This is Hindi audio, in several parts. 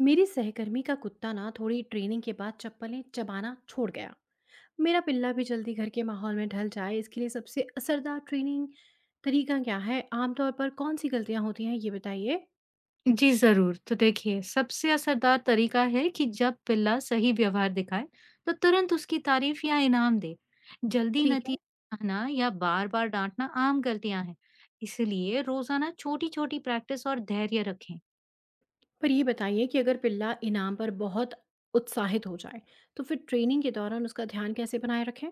मेरी सहकर्मी का कुत्ता ना थोड़ी ट्रेनिंग के बाद चप्पलें चबाना छोड़ गया। मेरा पिल्ला भी जल्दी घर के माहौल में ढल जाए, इसके लिए सबसे असरदार ट्रेनिंग तरीका क्या है? आमतौर पर कौन सी गलतियां होती हैं, ये बताइए। जी ज़रूर। तो देखिए, सबसे असरदार तरीका है कि जब पिल्ला सही व्यवहार दिखाए, तो तुरंत उसकी तारीफ या इनाम दे। जल्दी ठीक है। नतीजा दिखाना या बार-बार डांटना आम गलतियां हैं। इसलिए रोज़ाना छोटी-छोटी प्रैक्टिस और धैर्य रखें। पर ये बताइए कि अगर पिल्ला इनाम पर बहुत उत्साहित हो जाए, तो फिर ट्रेनिंग के दौरान उसका ध्यान कैसे बनाए रखें?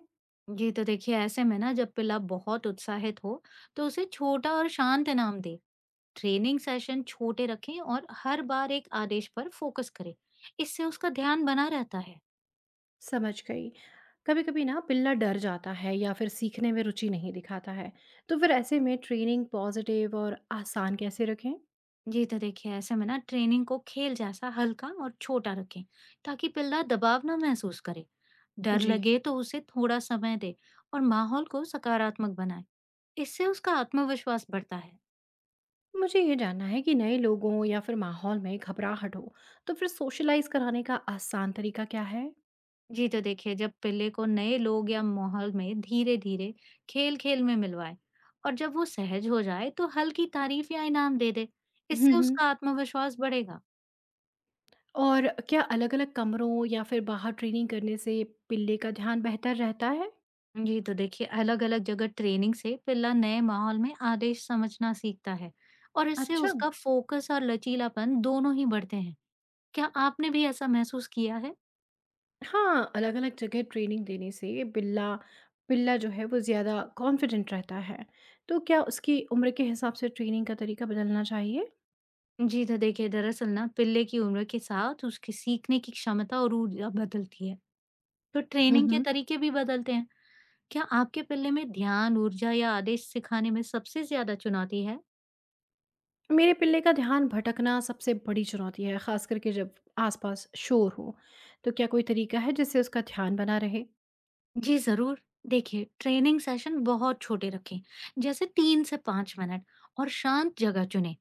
जी तो देखिए, ऐसे में ना जब पिल्ला बहुत उत्साहित हो, तो उसे छोटा और शांत इनाम दे। ट्रेनिंग सेशन छोटे रखें और हर बार एक आदेश पर फोकस करें। इससे उसका ध्यान बना रहता है। समझ गई। कभी कभी ना पिल्ला डर जाता है या फिर सीखने में रुचि नहीं दिखाता है, तो फिर ऐसे में ट्रेनिंग पॉजिटिव और आसान कैसे रखें? जी, तो देखिए ऐसे में ना ट्रेनिंग को खेल जैसा हल्का और छोटा रखें ताकि पिल्ला दबाव ना महसूस करे। डर जी। लगे तो उसे थोड़ा समय दे और माहौल को सकारात्मक बनाए। इससे उसका आत्मविश्वास बढ़ता है। मुझे ये जानना है कि नए लोगों या फिर माहौल में घबराहट हो, तो फिर सोशलाइज कराने का आसान तरीका क्या है? जी तो देखिए जब पिल्ले को नए लोग या माहौल में धीरे धीरे खेल खेल में मिलवाए और जब वो सहज हो जाए तो हल्की तारीफ या इनाम दे दे। हम्म इससे हम्म। उसका आत्मविश्वास बढ़ेगा। और क्या अलग-अलग कमरों या फिर बाहर ट्रेनिंग करने से पिल्ले का ध्यान बेहतर रहता है? जी, तो देखिए अलग-अलग जगह ट्रेनिंग से पिल्ला नए माहौल में आदेश समझना सीखता है और इससे अच्छा। उसका फोकस और लचीलापन दोनों ही बढ़ते हैं। क्या आपने भी ऐसा महसूस किया है? हाँ, अलग-अलग जगह ट्रेनिंग देने से बिल्ला पिल्ला जो है वो ज़्यादा कॉन्फिडेंट रहता है। तो क्या उसकी उम्र के हिसाब से ट्रेनिंग का तरीका बदलना चाहिए? जी, तो देखिए दरअसल ना पिल्ले की उम्र के साथ उसकी सीखने की क्षमता और ऊर्जा बदलती है, तो ट्रेनिंग के हम्म। तरीके भी बदलते हैं। क्या आपके पिल्ले में ध्यान, ऊर्जा या आदेश सिखाने में सबसे ज्यादा चुनौती है? मेरे पिल्ले का ध्यान भटकना सबसे बड़ी चुनौती है, ख़ास करके जब आसपास शोर हो। तो क्या कोई तरीका है जिससे उसका ध्यान बना रहे? जी ज़रूर। देखिए, ट्रेनिंग सेशन बहुत छोटे रखें, जैसे 3 से 5 मिनट और शांत जगह चुनें।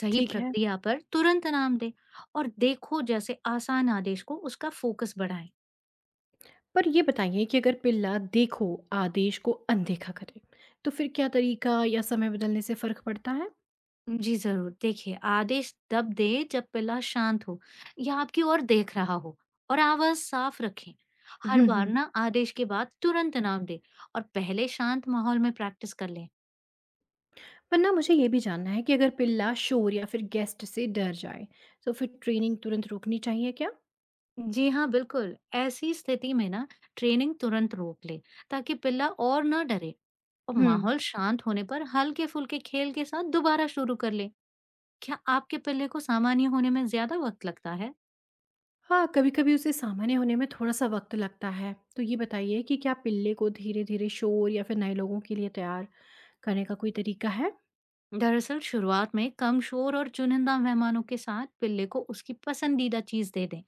सही ठीक है। प्रक्रिया पर तुरंत इनाम दें और देखो जैसे आसान आदेश को उसका फोकस बढ़ाएँ। पर ये बताइए कि अगर पिल्ला देखो आदेश को अनदेखा करे, तो फिर क्या तरीका या समय बदलने से फ़र्क पड़ता है? जी ज़रूर। देखिए, आदेश तब दें जब पिल्ला शांत हो या आपकी ओर देख रहा हो और आवाज़ साफ रखें। हर हम्म बार हम्म। ना आदेश के बाद तुरंत इनाम दें और पहले शांत माहौल में प्रैक्टिस कर लें। वरना मुझे ये भी जानना है कि अगर पिल्ला शोर या फिर गेस्ट से डर जाए, तो फिर ट्रेनिंग तुरंत रोकनी चाहिए क्या? जी हाँ, बिल्कुल। ऐसी स्थिति में ना ट्रेनिंग तुरंत रोक ले ताकि पिल्ला और ना डरे और हम्म। माहौल शांत होने पर हल्के-फुल्के खेल के साथ दोबारा शुरू कर ले। क्या आपके पिल्ले को सामान्य होने में ज्यादा वक्त लगता है? हाँ, कभी-कभी उसे सामान्य होने में थोड़ा-सा वक़्त लगता है। तो ये बताइए कि क्या पिल्ले को धीरे-धीरे शोर या फिर नए लोगों के लिए तैयार करने का कोई तरीका है? दरअसल शुरुआत में कम शोर और चुनिंदा मेहमानों के साथ पिल्ले को उसकी पसंदीदा चीज दे दें।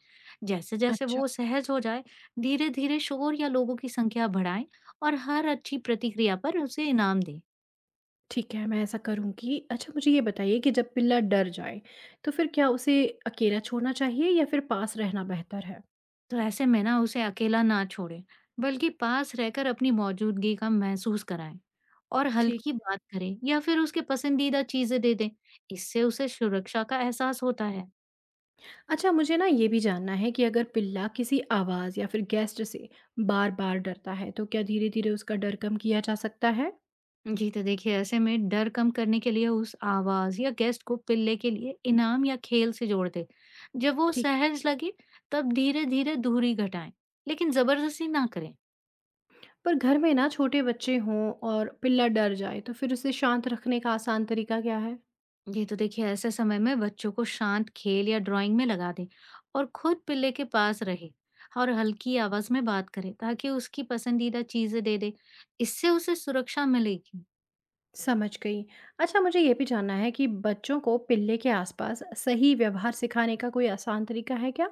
जैसे-जैसे अच्छा। वो सहज हो जाए, धीरे-धीरे शोर या लोगों की संख्या बढ़ाएं और हर अच्छी प्रतिक्रिया पर उसे इनाम दें। ठीक है, मैं ऐसा करूँगी। अच्छा, मुझे ये बताइए कि जब पिल्ला डर जाए, तो फिर क्या उसे अकेला छोड़ना चाहिए या फिर पास रहना बेहतर है? तो ऐसे में ना उसे अकेला ना छोड़े, बल्कि पास रहकर अपनी मौजूदगी का महसूस कराएं और ठीक। हल्की बात करें या फिर उसके पसंदीदा चीजें दे दें। इससे उसे सुरक्षा का एहसास होता है। अच्छा, मुझे ना ये भी जानना है कि अगर पिल्ला किसी आवाज़ या फिर गेस्ट से बार-बार डरता है, तो क्या धीरे-धीरे उसका डर कम किया जा सकता है? जी तो देखिए ऐसे में डर कम करने के लिए उस आवाज या गेस्ट को पिल्ले के लिए इनाम या खेल से जोड़ दे। जब वो ठीक। सहज लगे तब धीरे धीरे दूरी घटाएं, लेकिन जबरदस्ती ना करें। पर घर में ना छोटे बच्चे हों और पिल्ला डर जाए, तो फिर उसे शांत रखने का आसान तरीका क्या है? ये तो देखिए ऐसे समय में बच्चों को शांत खेल या ड्राइंग में लगा दें और खुद पिल्ले के पास रहे और हल्की आवाज में बात करें ताकि उसकी पसंदीदा चीजें दे दे। इससे उसे सुरक्षा मिलेगी। समझ गई। अच्छा, मुझे ये भी जानना है कि बच्चों को पिल्ले के आसपास सही व्यवहार सिखाने का कोई आसान तरीका है क्या?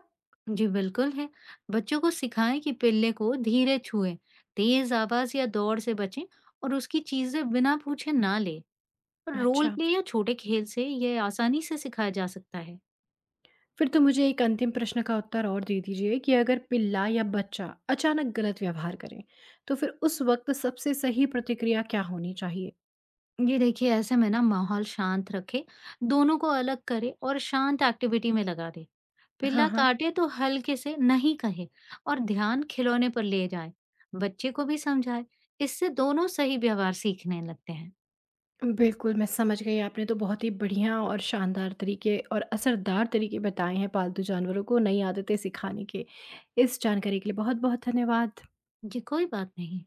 जी बिल्कुल है। बच्चों को सिखाएं कि पिल्ले को धीरे छुएं, तेज आवाज या दौड़ से बचें और उसकी चीजें बिना पूछे ना ले। और रोल अच्छा। प्ले या छोटे खेल से यह आसानी से सिखाया जा सकता है। फिर तो मुझे एक अंतिम प्रश्न का उत्तर और दे दीजिए कि अगर पिल्ला या बच्चा अचानक गलत व्यवहार करें, तो फिर उस वक्त सबसे सही प्रतिक्रिया क्या होनी चाहिए? ये देखिए ऐसे में ना माहौल शांत रखे, दोनों को अलग करे और शांत एक्टिविटी में लगा दे। हाँ पिल्ला हाँ। काटे तो हल्के से नहीं कहे और ध्यान खिलौने पर ले जाए। बच्चे को भी समझाए। इससे दोनों सही व्यवहार सीखने लगते हैं। बिल्कुल, मैं समझ गई। आपने तो बहुत ही बढ़िया और शानदार तरीके और असरदार तरीके बताए हैं पालतू जानवरों को नई आदतें सिखाने के। इस जानकारी के लिए बहुत-बहुत धन्यवाद। जी कोई बात नहीं।